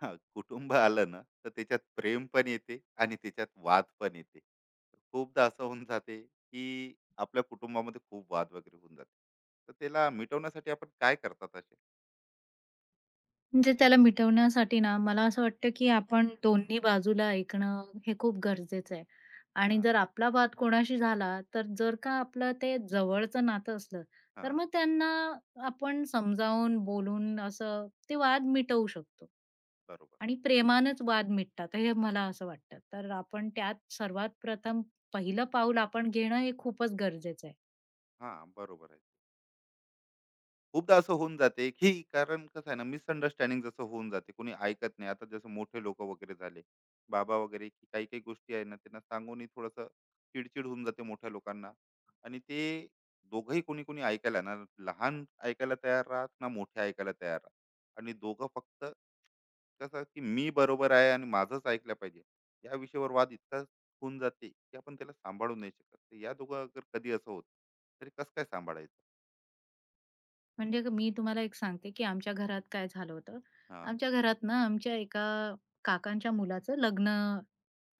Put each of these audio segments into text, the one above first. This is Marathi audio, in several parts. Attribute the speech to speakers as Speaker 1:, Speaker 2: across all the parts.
Speaker 1: हा, कुटुंब आलं ना तर त्याच्यात प्रेम पण येते आणि त्याच्यात वाद पण येते. खूपदा असं होऊन जाते की आपल्या कुटुंबामध्ये खूप वाद वगैरे होऊन जाते. तर त्याला मिटवण्यासाठी आपण काय करतात असे?
Speaker 2: म्हणजे त्याला मिटवण्यासाठी ना, मला असं वाटतं, की आपण दोन्ही बाजूला ऐकणं हे खूप गरजेचं आहे. आणि
Speaker 1: हा.
Speaker 2: जर आपला वाद कोणाशी झाला, तर जर का आपलं ते जवळचं नातं असलं, तर
Speaker 1: हा.
Speaker 2: मग त्यांना आपण समजावून, बोलून असं ते वाद मिटवू शकतो.
Speaker 1: बरोबर.
Speaker 2: आणि प्रेमानेच वाद मिटतात, हे मला
Speaker 1: हम्म,
Speaker 2: असं वाटतं. तर आपण त्यात सर्वात प्रथम पहिलं पाऊल आपण घेणं हे खूपच गरजेचं आहे.
Speaker 1: हा, बरोबर आहे. खूपदा असं होऊन जाते की, कारण कसं आहे ना, मिसअंडरस्टँडिंग जसं होऊन जाते, कोणी ऐकत नाही. आता जसं मोठे लोक वगैरे झाले, बाबा वगैरे, की काही काही गोष्टी आहे ना त्यांना सांगूनही थोडंसं चिडचिड होऊन जाते मोठ्या लोकांना. आणि ते दोघंही कोणी कोणी ऐकायला ना, लहान ऐकायला तयार राहत ना, मोठे ऐकायला तयार राहत. आणि दोघं फक्त कसं, की मी बरोबर आहे आणि माझंच ऐकलं पाहिजे. या विषयावर वाद इतका होऊन जाते की आपण त्याला सांभाळू नाही शकत. तर या दोघं अगर कधी असं होत, तरी कसं काय सांभाळायचं?
Speaker 2: म्हणजे मी तुम्हाला एक सांगते, की आमच्या घरात काय झालं होतं.
Speaker 1: हा.
Speaker 2: आमच्या घरात ना आमच्या एका काकांच्या मुलाचं लग्न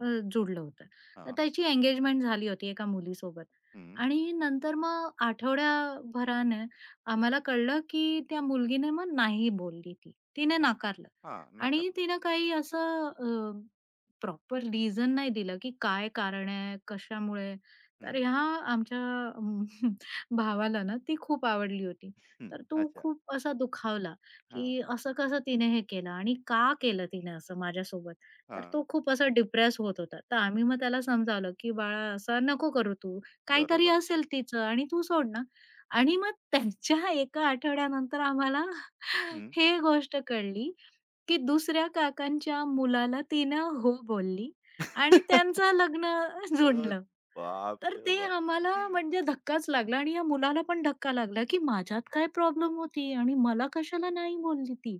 Speaker 2: अ, जुडलं होतं. तर
Speaker 1: हा.
Speaker 2: त्याची एंगेजमेंट झाली होती एका मुलीसोबत
Speaker 1: हम्म.
Speaker 2: आणि नंतर मग आठवड्याभरानं आम्हाला कळलं, की त्या मुलगीने मग नाही बोलली ती. तिने
Speaker 1: अ,
Speaker 2: नाकारलं
Speaker 1: हां,
Speaker 2: आणि
Speaker 1: नाकारलं.
Speaker 2: तिनं काही असं प्रॉपर रिझन नाही दिलं, की काय कारण आहे, कशामुळे? तर
Speaker 1: हं.
Speaker 2: ह्या आमच्या अम, भावाला ना ती खूप आवडली होती.
Speaker 1: हं.
Speaker 2: तर तो
Speaker 1: अच्छा.
Speaker 2: खूप असा दुखावला,
Speaker 1: हां.
Speaker 2: की असं कसं तिने हे केलं आणि का केलं तिने असं माझ्यासोबत? तर
Speaker 1: हां.
Speaker 2: तो खूप असा डिप्रेस होत होता. तर आम्ही मग त्याला समजावलं, की "बाळा असं नको करू तू. काहीतरी
Speaker 1: बरोबर.
Speaker 2: असेल तिचं आणि तू सोड ना." आणि मग त्यांच्या एका आठवड्यानंतर आम्हाला
Speaker 1: हं.
Speaker 2: हे गोष्ट कळली, की दुसऱ्या काकांच्या मुलाला तिनं हो बोलली आणि त्यांचं लग्न
Speaker 1: अ,
Speaker 2: जुळलं.
Speaker 1: बाप
Speaker 2: तर
Speaker 1: रे
Speaker 2: ते
Speaker 1: बाप!
Speaker 2: आम्हाला म्हणजे धक्काच लागला आणि या मुलाला पण धक्का लागला, की माझ्यात काय प्रॉब्लेम होती आणि मला कशाला नाही बोलली ती?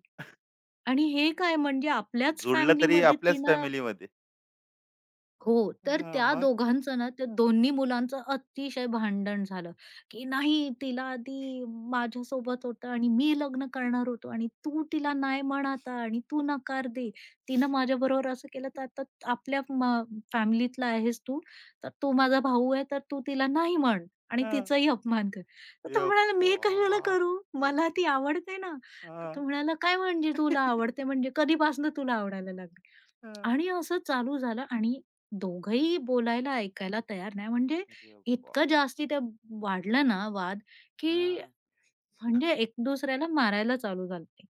Speaker 2: आणि हे काय म्हणजे आपल्याच
Speaker 1: जुळलं तरी
Speaker 2: फॅमिलीमध्ये
Speaker 1: आपल्याच
Speaker 2: तिनं
Speaker 1: फॅमिलीमध्ये.
Speaker 2: हो. तर
Speaker 1: हां,
Speaker 2: त्या
Speaker 1: मग?
Speaker 2: दोघांचं ना, त्या दोन्ही मुलांचं अतिशय भांडण झालं, की "नाही, तिला आधी माझ्यासोबत होतं आणि मी लग्न करणार होतो आणि तू तिला नाही म्हण आणि तू नकार दे. तिनं माझ्याबरोबर असं केलं, तर आता आपल्या फॅमिलीतला आहेस तू, तर तू माझा भाऊ आहे, तर तू तिला नाही म्हण आणि
Speaker 1: हां.
Speaker 2: तिचाही अपमान कर." तर तो
Speaker 1: अरे
Speaker 2: म्हणाला, "मी कशाला
Speaker 1: बाप
Speaker 2: करू?
Speaker 1: रे!
Speaker 2: मला ती आवडते ना."
Speaker 1: हां.
Speaker 2: तर तो
Speaker 1: हां.
Speaker 2: म्हणाला, "काय म्हणजे तुला आवडते म्हणजे कधीपासनं तुला आवडायला लागली?" आणि असं चालू झालं आणि दोघंही बोलायला, ऐकायला तयार नाही. म्हणजे
Speaker 1: अरे
Speaker 2: इतकं
Speaker 1: बाप!
Speaker 2: जास्ती ते वाढलं ना वाद, की
Speaker 1: हां,
Speaker 2: म्हणजे एक दुसऱ्याला मारायला चालू झाले.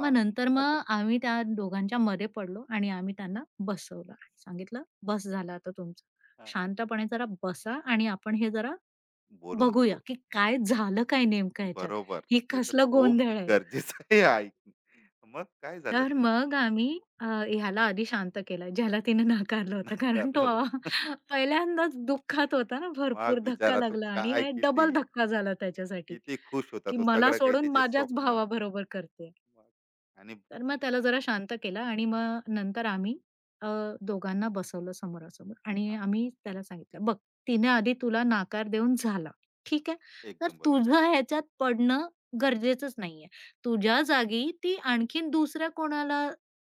Speaker 2: मग नंतर
Speaker 1: आता
Speaker 2: मग आम्ही त्या
Speaker 1: हं,
Speaker 2: दोघांच्या मध्ये पडलो आणि आम्ही त्यांना बसवलं आणि सांगितलं, "बस झालं आता तुमचं.
Speaker 1: हां.
Speaker 2: शांतपणे जरा बसा आणि आपण हे जरा
Speaker 1: बोलून
Speaker 2: बघूया,
Speaker 1: सोड.
Speaker 2: की
Speaker 1: हं,
Speaker 2: काय झालं काय नेमकं ह्याच्यात?
Speaker 1: बरोबर.
Speaker 2: हे
Speaker 1: हे तर
Speaker 2: कसलं
Speaker 1: खूप
Speaker 2: गोंधळ आहे?"
Speaker 1: गरजेचं आहे ऐकणं. मग काय झालं
Speaker 2: तर
Speaker 1: ते?
Speaker 2: मग आम्ही ह्याला आधी शांत केलं, ज्याला तिने नाकारलं होतं. कारण
Speaker 1: नाकारलं
Speaker 2: तो
Speaker 1: होतं.
Speaker 2: पहिल्यांदाच दुःखात होता ना, भरपूर
Speaker 1: मग
Speaker 2: धक्का
Speaker 1: बिचारा तो
Speaker 2: लागला आणि
Speaker 1: काय,
Speaker 2: हे
Speaker 1: किती
Speaker 2: डबल धक्का झाला त्याच्यासाठी,
Speaker 1: किती खुश होता
Speaker 2: की
Speaker 1: तो,
Speaker 2: मला
Speaker 1: सगळं काही
Speaker 2: सोडून
Speaker 1: त्याचे
Speaker 2: माझ्याच
Speaker 1: स्वप्न.
Speaker 2: भावाबरोबर करते.
Speaker 1: मग आणि
Speaker 2: तर मग त्याला जरा शांत केलं आणि मग नंतर आम्ही अ, दोघांना बसवलं समोरासमोर आणि
Speaker 1: हा.
Speaker 2: आम्ही त्याला सांगितलं, "बघ, तिने आधी तुला नाकार देऊन झाला, ठीक आहे? तर
Speaker 1: एकदम बरोबर.
Speaker 2: तुझं ह्याच्यात पडणं गरजेचंच नाहीये. तुझ्या जागी ती आणखीन दुसऱ्या कोणाला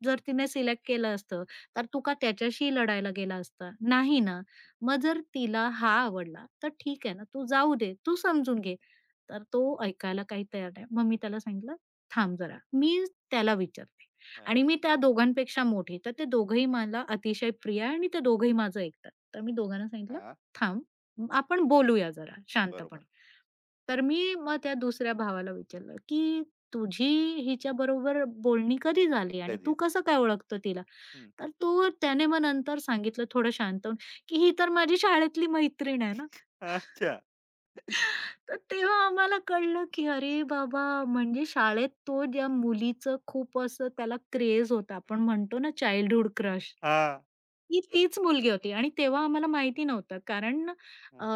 Speaker 2: जर तिने सिलेक्ट केलं असतं, तर तू का त्याच्याशी लढायला गेला असता? नाही ना. मग जर तिला हा आवडला, तर ठीक आहे ना, तू जाऊ दे, तू समजून घे." तर तो ऐकायला काही तयार नाही. मग मी त्याला सांगितलं, "थांब जरा, मी त्याला विचारते आणि
Speaker 1: हा.
Speaker 2: मी त्या दोघांपेक्षा मोठी. तर ते दोघंही मला अतिशय प्रिय आहे आणि ते दोघंही माझं ऐकतात. तर मी
Speaker 1: खूप छान.
Speaker 2: दोघांना सांगितलं,
Speaker 1: हा.
Speaker 2: "थांब, आपण बोलूया जरा
Speaker 1: हम्म, बरोबर.
Speaker 2: शांतपणे." तर मी मग त्या दुसऱ्या भावाला विचारलं, की "तुझी हिच्याबरोबर बोलणी कधी झाली आणि तू
Speaker 1: कधीच आहे.
Speaker 2: कसं काय ओळखतो तिला?"
Speaker 1: हम्म.
Speaker 2: तर तो त्याने मग नंतर सांगितलं थोडं शांत होऊन, की "ही तर माझी शाळेतली मैत्रीण आहे ना."
Speaker 1: अच्छा.
Speaker 2: तर तेव्हा आम्हाला कळलं, की अरे बाबा, म्हणजे शाळेत तो ज्या मुलीचं खूप असं त्याला क्रेज होता. आपण म्हणतो ना चाइल्डहूड क्रश,
Speaker 1: हा.
Speaker 2: ती तीच मुलगी होती आणि
Speaker 1: अरे
Speaker 2: तेव्हा आम्हाला माहिती नव्हतं. कारण अ,
Speaker 1: वा.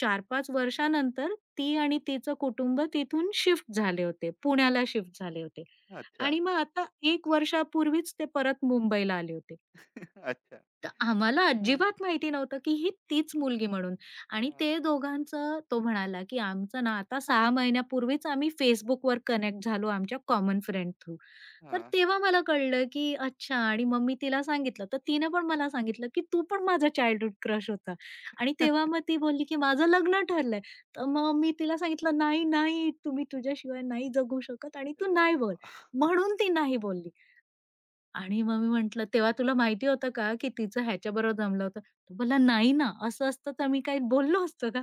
Speaker 2: 4-5 वर्षानंतर ती आणि तिचं कुटुंब तिथून शिफ्ट झाले होते. पुण्याला शिफ्ट झाले होते
Speaker 1: हा, अच्छा.
Speaker 2: आणि मग आता 1 वर्षापूर्वीच ते परत मुंबईला आले होते.
Speaker 1: अच्छा.
Speaker 2: तर आम्हाला
Speaker 1: हा.
Speaker 2: अजिबात माहिती नव्हतं, की ही तीच मुलगी म्हणून आणि
Speaker 1: हा.
Speaker 2: ते दोघांचं तो म्हणाला, की "आमचं ना आता 6 महिन्यापूर्वीच आम्ही Facebookवर कनेक्ट झालो आमच्या कॉमन फ्रेंड थ्रू." तर
Speaker 1: हा.
Speaker 2: तेव्हा मला कळलं, की अच्छा आणि मग मी तिला सांगितलं, तर तिने पण मला सांगितलं, की "तू पण माझा चाइल्डहूड क्रश होता." आणि तेव्हा मग ती बोलली, की "माझं लग्न ठरलंय." तर मग मी तिला सांगितलं, "नाही, नाही, तुम्ही तुझ्याशिवाय नाही जगू शकत आणि तू
Speaker 1: अरे
Speaker 2: नाही
Speaker 1: वा.
Speaker 2: बोल." म्हणून ती नाही बोलली. आणि मग मी म्हटलं, "तेव्हा तुला माहिती होतं का, की तिचं ह्याच्याबरोबर जमलं होतं?" तो बोलला, "नाही ना, असं असतं तर मी काही बोललो असतो का?"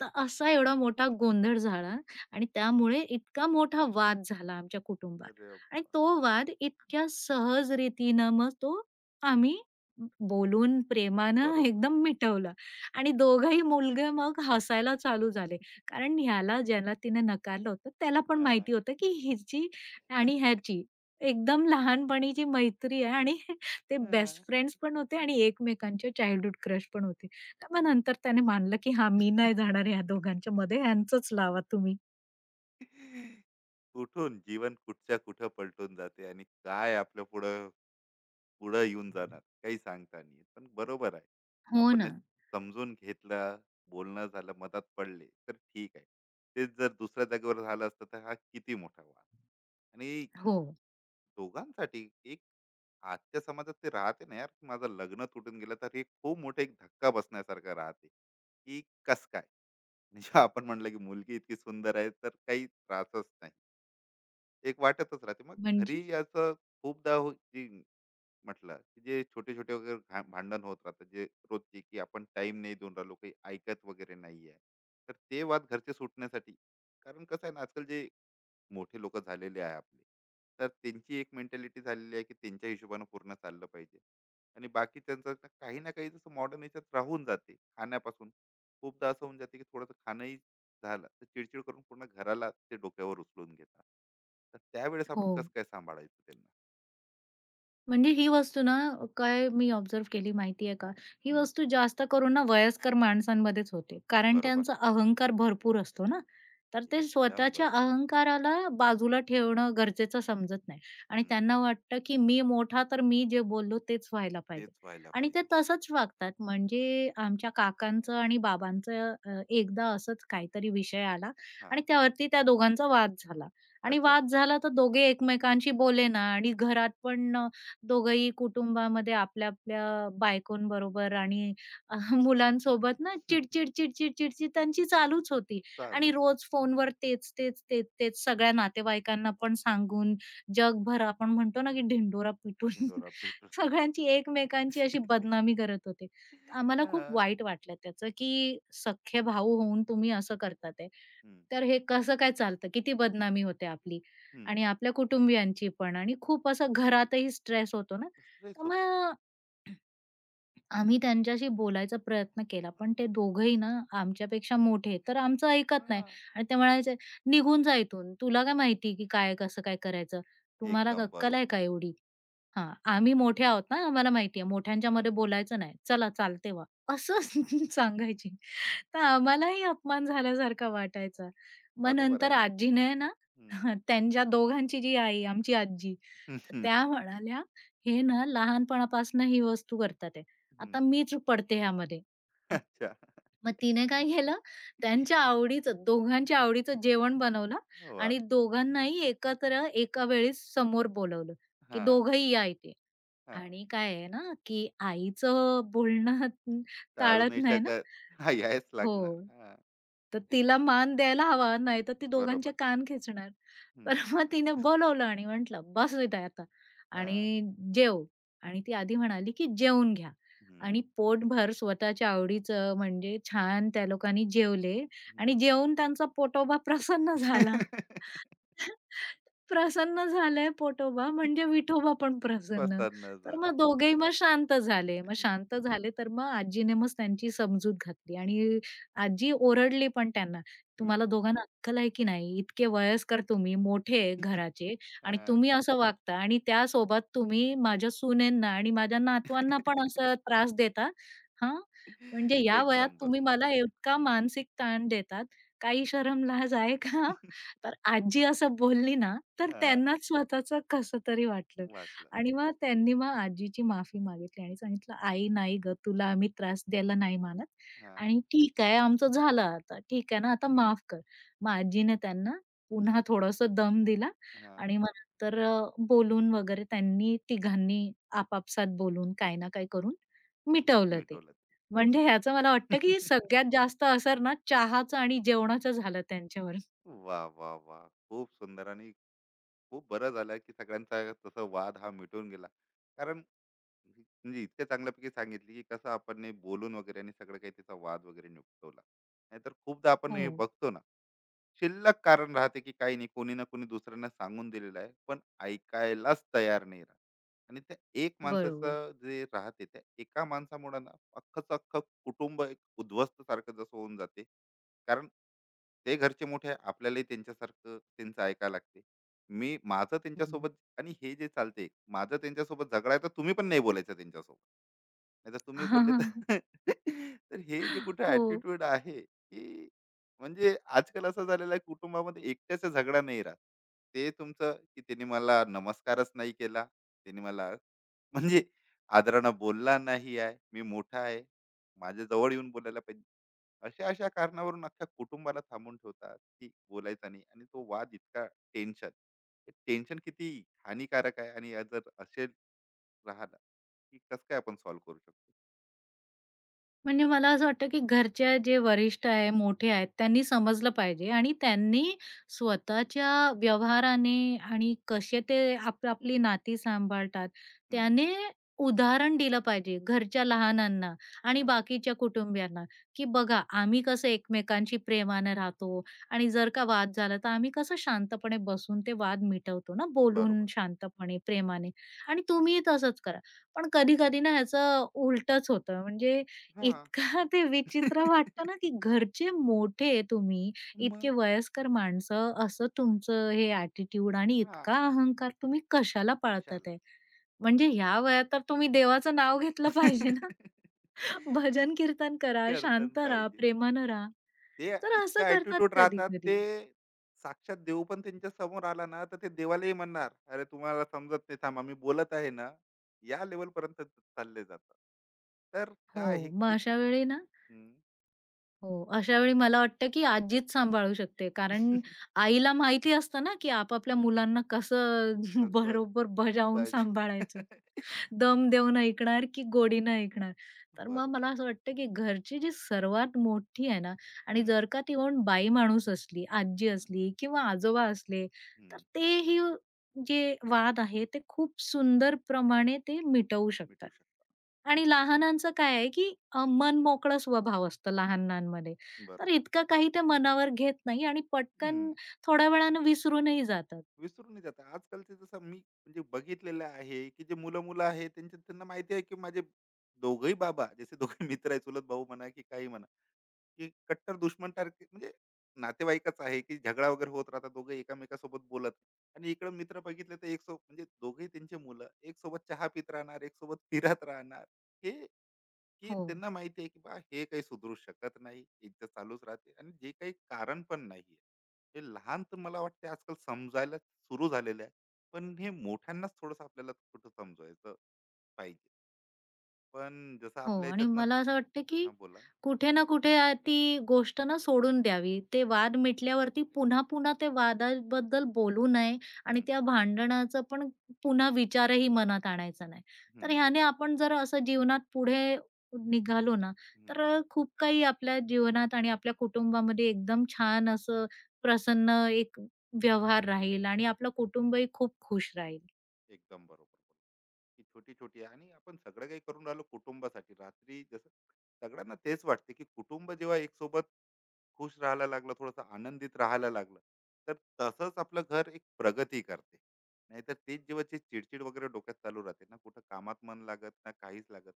Speaker 2: तर असा एवढा मोठा गोंधळ झाला आणि त्यामुळे इतका मोठा वाद झाला आमच्या कुटुंबात
Speaker 1: अरे
Speaker 2: आणि
Speaker 1: वा.
Speaker 2: तो वाद इतक्या सहज रीतीनं मग तो आम्ही बोलून प्रेमानं
Speaker 1: बरोबर.
Speaker 2: एकदम मिटवला आणि दोघंही मुलगे मग हसायला चालू झाले. कारण ह्याला ज्याला तिने नकारलं होतं त्याला पण
Speaker 1: हा.
Speaker 2: माहिती होतं की हिची आणि ह्याची एकदम लहानपणीची मैत्री आहे आणि ते
Speaker 1: हा.
Speaker 2: बेस्ट फ्रेंड्स पण होते आणि एकमेकांचे चाइल्डहूड क्रश पण होते. तर मग नंतर त्याने मानलं, की हा मी नाही जाणार ह्या दोघांच्या मध्ये, ह्यांचंच लावा तुम्ही."
Speaker 1: कुठून जीवन कुठच्या कुठं पलटून जाते आणि काय आपलं पुढं पुढं येऊन जाणार, काही सांगता नाही येत. पण बरोबर आहे.
Speaker 2: हो
Speaker 1: आपण
Speaker 2: ना.
Speaker 1: हे समजून घेतलं, बोलणं झालं, मदत पडले तर ठीक आहे. तेच जर दुसऱ्या जागेवर झालं असतं, तर हा किती मोठा वाद. आणि
Speaker 2: हो.
Speaker 1: दोघांसाठी एक. आजच्या समाजात ते राहते ना यार, की माझं लग्न तुटून गेलं तर हे खूप मोठं एक धक्का बसण्यासारखं राहते. की कस काय म्हणजे, आपण म्हणलं की मुलगी इतकी सुंदर आहे, तर काही त्रासच नाही. एक वाटतच राहते मग घरी
Speaker 2: म्हणजे?
Speaker 1: याचं. खूपदा जी म्हटलं, की जे छोटे-छोटे वगैरे घा भांडण होत राहतात, जे रोजची, की आपण टाईम नाही देऊन राहिलो, काही ऐकत वगैरे नाहीये. तर ते वाद घरचे सुटण्यासाठी, कारण कसं आहे ना, आजकाल जे मोठे लोकं झालेले आहे आपले, तर त्यांची एक मेंटॅलिटी झालेली आहे, की त्यांच्या हिशोबानं पूर्ण चाललं पाहिजे. आणि बाकीच्यांचं तर काही ना काही जसं मॉडर्न ह्याच्यात राहून जाते खाण्यापासून. खूपदा असं होऊन जाते, की थोडंसं खाणंही झालं, तर चिडचिड करून पूर्ण घराला ते डोक्यावर उचलून घेतात. तर त्यावेळेस
Speaker 2: हो.
Speaker 1: आपण कसं काय सांभाळायचं त्यांना?
Speaker 2: म्हणजे ही वस्तू ना, काय मी ऑब्झर्व्ह केली माहिती आहे का? ही
Speaker 1: हं,
Speaker 2: वस्तू जास्त करून ना वयस्कर माणसांमध्येच होते. कारण
Speaker 1: बरोबर.
Speaker 2: त्यांचा अहंकार भरपूर असतो ना, तर ते
Speaker 1: एकदम
Speaker 2: स्वतःच्या
Speaker 1: बरोबर.
Speaker 2: अहंकाराला बाजूला ठेवणं गरजेचं समजत नाही आणि
Speaker 1: हं.
Speaker 2: त्यांना वाटतं, की मी मोठा तर मी जे बोललो तेच व्हायला
Speaker 1: तेच
Speaker 2: पाहिजे
Speaker 1: व्हायला
Speaker 2: आणि
Speaker 1: पाहिजे.
Speaker 2: ते तसंच वागतात. म्हणजे आमच्या काकांचं आणि बाबांचं एकदा असंच काहीतरी विषय आला आणि
Speaker 1: हां.
Speaker 2: त्यावरती त्या दोघांचा वाद झाला आणि
Speaker 1: अच्छा.
Speaker 2: वाद झाला तर दोघे एकमेकांशी बोले ना आणि घरात पण दोघंही कुटुंबामध्ये आपल्या आपल्या बायकोंबरोबर आणि मुलांसोबत ना चिडचिड, चिडचिड, चिडचिड त्यांची चालूच होती आणि
Speaker 1: चालूच.
Speaker 2: रोज फोनवर तेच, तेच, तेच, तेच सगळ्या नातेवाईकांना पण सांगून जगभर आपण म्हणतो ना, की ढिंडोरा पिटून
Speaker 1: इंडोरा पिठोरा.
Speaker 2: सगळ्यांची एकमेकांची अशी बदनामी करत होते. तर आम्हाला खूप
Speaker 1: हां.
Speaker 2: वाईट वाटलं त्याचं, की सख्खे भाऊ होऊन तुम्ही असं करतात आहे.
Speaker 1: हं,
Speaker 2: तर हे कसं काय चालतं? किती बदनामी होते आपली.
Speaker 1: हं.
Speaker 2: आणि आपल्या कुटुंबियांची पण आणि खूप असा घरातही स्ट्रेस होतो ना,
Speaker 1: स्ट्रेस
Speaker 2: तर
Speaker 1: होतो.
Speaker 2: मग आम्ही त्यांच्याशी बोलायचा प्रयत्न केला, पण ते दोघंही ना आमच्यापेक्षा मोठे, तर आमचं ऐकत नाही
Speaker 1: हां.
Speaker 2: आणि ते म्हणायचे, "निघून जा इथून. तुला काय माहिती की काय कसं काय करायचं? तुम्हाला
Speaker 1: एकदम
Speaker 2: अक्कल आहे
Speaker 1: बरोबर.
Speaker 2: का एवढी?" हां, आम्ही मोठे आहोत ना, आम्हाला माहिती आहे.
Speaker 1: हं.
Speaker 2: मोठ्यांच्यामध्ये बोलायचं नाही. चला चालते व्हा, असं सांगायची. तर आम्हालाही अपमान झाल्यासारखा वाटायचा. मग
Speaker 1: बरोबर
Speaker 2: नंतर
Speaker 1: आहे ना.
Speaker 2: आजीने ना
Speaker 1: हं.
Speaker 2: त्यांच्या दोघांची जी आई, आमची आजी, तर
Speaker 1: हं.
Speaker 2: त्या म्हणाल्या, "हे ना लहानपणापासनं ही वस्तू करतात आहे. आता मीच पडते ह्यामध्ये."
Speaker 1: अच्छा.
Speaker 2: मग तिने काय केलं, त्यांच्या आवडीचं दोघांच्या आवडीचं जेवण बनवलं
Speaker 1: वाह!
Speaker 2: आणि दोघांनाही एकत्र एका वेळेस समोर बोलावलं, की
Speaker 1: हां,
Speaker 2: दोघंही या इथे.
Speaker 1: हां.
Speaker 2: आणि काय आहे ना, की आईचं बोलणं
Speaker 1: टाळू
Speaker 2: टाळत
Speaker 1: नाही
Speaker 2: नाही ना.
Speaker 1: शकत. हां, यायच लागणार.
Speaker 2: हो.
Speaker 1: हां,
Speaker 2: तर तिला मान द्यायला हवा, नाहीतर ती दोघांचे
Speaker 1: बरोबर.
Speaker 2: कान खेचणार. तर
Speaker 1: हं.
Speaker 2: मग तिने बोलावलं आणि म्हटलं, "बस इथे आता
Speaker 1: हां.
Speaker 2: आणि जेव." आणि ती आधी म्हणाली, की "जेवून घ्या."
Speaker 1: हं,
Speaker 2: आणि पोटभर स्वतःच्या आवडीचं म्हणजे छान त्या लोकांनी जेवले आणि
Speaker 1: हं.
Speaker 2: जेवून त्यांचा पोटोबा प्रसन्न झाला. प्रसन्न झालाय पोटोबा म्हणजे विठोबा पण प्रसन्न.
Speaker 1: पसंत न
Speaker 2: तर
Speaker 1: झाला.
Speaker 2: मग दोघेही मग शांत झाले. मग शांत झाले तर मग आजीने मग त्यांची समजूत घातली आणि आजी ओरडली पण त्यांना, "तुम्हाला
Speaker 1: हं.
Speaker 2: दोघांना अक्कल आहे की नाही? इतके वयस्कर तुम्ही, मोठे आहे घराचे आणि
Speaker 1: हां.
Speaker 2: तुम्ही असं वागता आणि त्यासोबत तुम्ही माझ्या सुनेंना आणि माझ्या नातवांना पण असं त्रास देता. हां, म्हणजे या वयात
Speaker 1: एकदम
Speaker 2: तुम्ही
Speaker 1: बरोबर.
Speaker 2: मला इतका मानसिक ताण देतात. काही शरम लाज आहे का?" तर आजी असं बोलली ना, तर
Speaker 1: हां,
Speaker 2: त्यांनाच स्वतःचं कसं तरी वाटलं
Speaker 1: वाटलं.
Speaker 2: आणि मग त्यांनी मग आजीची माफी मागितली आणि सांगितलं, "आई नाही गं, तुला आम्ही त्रास द्यायला नाही मानत
Speaker 1: हां.
Speaker 2: आणि ठीक आहे आमचं झालं आता. ठीक आहे ना, आता
Speaker 1: हं.
Speaker 2: माफ कर." मग आजीने त्यांना पुन्हा थोडंसं दम दिला
Speaker 1: हां.
Speaker 2: आणि मग नंतर बोलून वगैरे त्यांनी तिघांनी आपापसात बोलून काही ना काही करून
Speaker 1: हं.
Speaker 2: मिटवलं ते.
Speaker 1: मिटवलं.
Speaker 2: म्हणजे ह्याचं मला वाटतं, की सगळ्यात जास्त असर ना चहाचं आणि जेवणाचं झालं त्यांच्यावर.
Speaker 1: वाह, वाह, वाह! खूप सुंदर. आणि खूप बरं झालं की सगळ्यांचा तसा वाद हा मिटून गेला. कारण म्हणजे इतक्या चांगल्यापैकी सांगितली की कसं आपण हे बोलून वगैरे आणि सगळं काही त्याचा वाद वगैरे निपटवला. नाहीतर खूपदा आपण
Speaker 2: हो.
Speaker 1: हे बघतो ना, शिल्लक कारण राहते की काही नाही, कोणी ना कोणी दुसऱ्यांना सांगून दिलेलं आहे, पण ऐकायलाच तयार नाही राहत. आणि त्या एक
Speaker 2: बरोबर.
Speaker 1: माणसाचं जे राहते, त्या एका माणसामुळे ना अख्खंच अख्खं कुटुंब एक उद्ध्वस्त सारखं जसं होऊन जाते. कारण ते घरचे मोठे आहे, आपल्यालाही त्यांच्यासारखं त्यांचं ऐकायला लागते. मी माझं
Speaker 2: हं.
Speaker 1: त्यांच्यासोबत, आणि हे जे चालते माझं त्यांच्यासोबत झगडा आहे, तर तुम्ही पण नाही बोलायचं त्यांच्यासोबत. नाहीतर तुम्ही बोलले तर, तर हे जे कुठे
Speaker 2: हो.
Speaker 1: ॲटिट्यूड आहे, की म्हणजे आजकाल असं झालेलं आहे कुटुंबामध्ये, एकट्याचा झगडा नाही राहत. ते तुमचं, की त्याने मला नमस्कारच नाही केला, त्याने मला म्हणजे आदरानं बोलला नाही आहे, मी मोठा आहे, माझ्या जवळ येऊन बोलायला पाहिजे. अशा-अशा कारणावरून अख्ख्या कुटुंबाला थांबून ठेवतात, की बोलायचा नाही. आणि तो वाद इतका टेन्शन. टेन्शन किती हानिकारक आहे, आणि जर असे राहिलं, की कसं काय आपण सॉल्व्ह करू शकतो?
Speaker 2: म्हणजे मला असं वाटतं, की घरच्या जे वरिष्ठ आहे, मोठे आहेत, त्यांनी समजलं पाहिजे आणि त्यांनी स्वतःच्या व्यवहाराने आणि कसे ते आप आपली नाती सांभाळतात, त्याने उदाहरण दिलं पाहिजे घरच्या लहानांना आणि
Speaker 1: हां,
Speaker 2: बाकीच्या कुटुंबियांना, की बघा आम्ही कसं एकमेकांशी प्रेमानं राहतो आणि जर का वाद झाला, तर आम्ही कसं शांतपणे बसून ते वाद मिटवतो ना, बोलून
Speaker 1: बरोबर.
Speaker 2: शांतपणे, प्रेमाने आणि तुम्हीही तसंच करा. पण कधी-कधी ना ह्याचं उलटंच होतं. म्हणजे
Speaker 1: हां.
Speaker 2: इतका ते विचित्र वाटतं ना, की घरचे मोठे तुम्ही,
Speaker 1: मग
Speaker 2: इतके वयस्कर माणसं, असं तुमचं हे ॲटिट्यूड आणि
Speaker 1: हां.
Speaker 2: इतका अहंकार तुम्ही कशाला पाळतात
Speaker 1: कशाला?
Speaker 2: आहे? म्हणजे ह्या वयात तर तुम्ही देवाचं नाव घेतलं पाहिजे ना. भजन कीर्तन करा,
Speaker 1: करताना
Speaker 2: शांत राहा,
Speaker 1: पाहिजे.
Speaker 2: प्रेमानं राहा.
Speaker 1: ते
Speaker 2: तर असं
Speaker 1: इतका
Speaker 2: करतात
Speaker 1: ॲटिट्यूड राहतात ते,
Speaker 2: कधी-कधी.
Speaker 1: साक्षात देव पण त्यांच्या समोर आला ना, तर ते देवालाही म्हणणार, "अरे तुम्हाला समजत नाही, थांबा, मी बोलत आहे ना." या लेव्हलपर्यंत चालले जातात. तर
Speaker 2: हो,
Speaker 1: काय हे
Speaker 2: मग
Speaker 1: किती
Speaker 2: अशा
Speaker 1: त्र.
Speaker 2: वेळी ना
Speaker 1: हं.
Speaker 2: हो, अशा वेळी मला वाटतं, की आजीच सांभाळू शकते. कारण आईला माहिती असतं ना, की आपापल्या मुलांना कसं
Speaker 1: असं
Speaker 2: बरोबर बजावून
Speaker 1: पाहिजे.
Speaker 2: सांभाळायचं. दम देऊन ऐकणार की गोडीनं ऐकणार? तर मग
Speaker 1: बरोबर.
Speaker 2: मला असं वाटतं की घरची जी सर्वात मोठी आहे ना आणि
Speaker 1: हं,
Speaker 2: जर का ती कोण बाई माणूस असली, आजी
Speaker 1: हं,
Speaker 2: असली किंवा आजोबा असले, तर
Speaker 1: हं.
Speaker 2: ते ही जे वाद आहे ते खूप सुंदर प्रमाणे ते मिटवू शकतात.
Speaker 1: मिटू शकता.
Speaker 2: आणि
Speaker 1: एक
Speaker 2: लहानांचं काय आहे की मन मोकळा स्वभाव असतो लहानांमध्ये. तर
Speaker 1: बरोबर.
Speaker 2: इतकं काही ते मनावर घेत नाही आणि
Speaker 1: हं.
Speaker 2: पटकन थोड्या वेळानं विसरूनही जातात.
Speaker 1: विसरूनही जातात. आजकालचे जसं मी म्हणजे बघितलेलं आहे, की जे मुलं-मुलं आहेत त्यांच्या, त्यांना माहिती आहे, की माझे दोघंही बाबा, जसे दोघे मित्र आहेत, चुलत भाऊ म्हणा की काही म्हणा, की कट्टर दुश्मन सारखे म्हणजे नातेवाईकच आहे, की झगडा वगैरे होत राहतात, दोघे एकामेकासोबत बोलत नाही. आणि इकडे मित्र बघितले तर एक सोबत, म्हणजे दोघेही त्यांचे मुलं एक सोबत चहा पित राहणार, एक सोबत फिरत राहणार. हे, की
Speaker 2: हो.
Speaker 1: त्यांना माहिती आहे की बा हे काही सुधरू शकत नाही, इज्जत चालूच राहते आणि जे काही कारण पण नाहीये. हे लहान तर मला वाटते आजकाल समजायला सुरू झालेलं आहे, पण हे मोठ्यांनाच थोडंसं आपल्याला कुठं समजवायचं पाहिजे. पण जसं
Speaker 2: हो
Speaker 1: आपल्या
Speaker 2: आणि
Speaker 1: याच्यात मग
Speaker 2: मला असं वाटतं की
Speaker 1: हा, बोला.
Speaker 2: कुठे ना कुठे ती गोष्ट ना सोडून द्यावी. ते वाद मिटल्यावरती पुन्हा-पुन्हा ते वादाबद्दल बोलू नये आणि
Speaker 1: हम्म.
Speaker 2: त्या भांडणाचा पण पुन्हा विचारही मनात आणायचा नाही. तर
Speaker 1: हम्म.
Speaker 2: ह्याने आपण जर असं जीवनात पुढे निघालो ना, तर
Speaker 1: हम्म.
Speaker 2: खूप काही आपल्या जीवनात आणि आपल्या कुटुंबामध्ये एकदम छान असं प्रसन्न एक व्यवहार राहील आणि आपलं कुटुंबही खूप खुश राहील.
Speaker 1: एकदम बरोबर बोलला. ही छोटी-छोटी आहे आणि आपण सगळं काही करून राहिलो कुटुंबासाठी. रात्री जसं सगळ्यांना तेच वाटते, की कुटुंब जेव्हा एकसोबत खुश राहायला लागलं, थोडंसं आनंदित राहायला लागलं, तर तसंच आपलं घर एक प्रगती करते. नाहीतर तेच जेव्हा ते चिडचिड वगैरे डोक्यात चालू राहते ना, कुठं कामात मन लागत ना, काहीच लागत.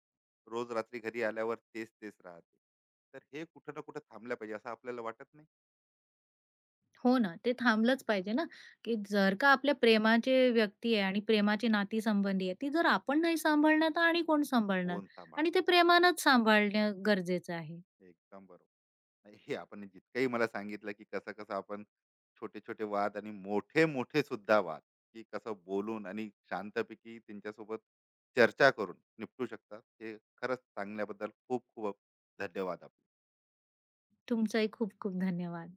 Speaker 1: रोज रात्री घरी आल्यावर तेच-तेच राहते. तर हे कुठं ना कुठं थांबलं पाहिजे असं आपल्याला वाटत नाही?
Speaker 2: हो ना, ते थांबलंच पाहिजे ना, की जर का आपल्या प्रेमाचे व्यक्ती आहे आणि प्रेमाची नातीसंबंधी आहे, ती जर आपण नाही सांभाळणार तर आणि कोण सांभाळणार?
Speaker 1: कोण
Speaker 2: आणि
Speaker 1: सांभाळणार?
Speaker 2: ते प्रेमानंच सांभाळणं गरजेचं आहे.
Speaker 1: एकदम बरोबर. नाही, हे आपण जितकंही मला सांगितलं, की कसं कसं आपण छोटे छोटे वाद आणि मोठे मोठे सुद्धा वाद, की कसं बोलून आणि शांतपैकी त्यांच्यासोबत चर्चा करून निपटू शकतात, हे खरंच सांगण्याबद्दल खूप खूप धन्यवाद आपले.
Speaker 2: तुमचाही खूप खूप धन्यवाद.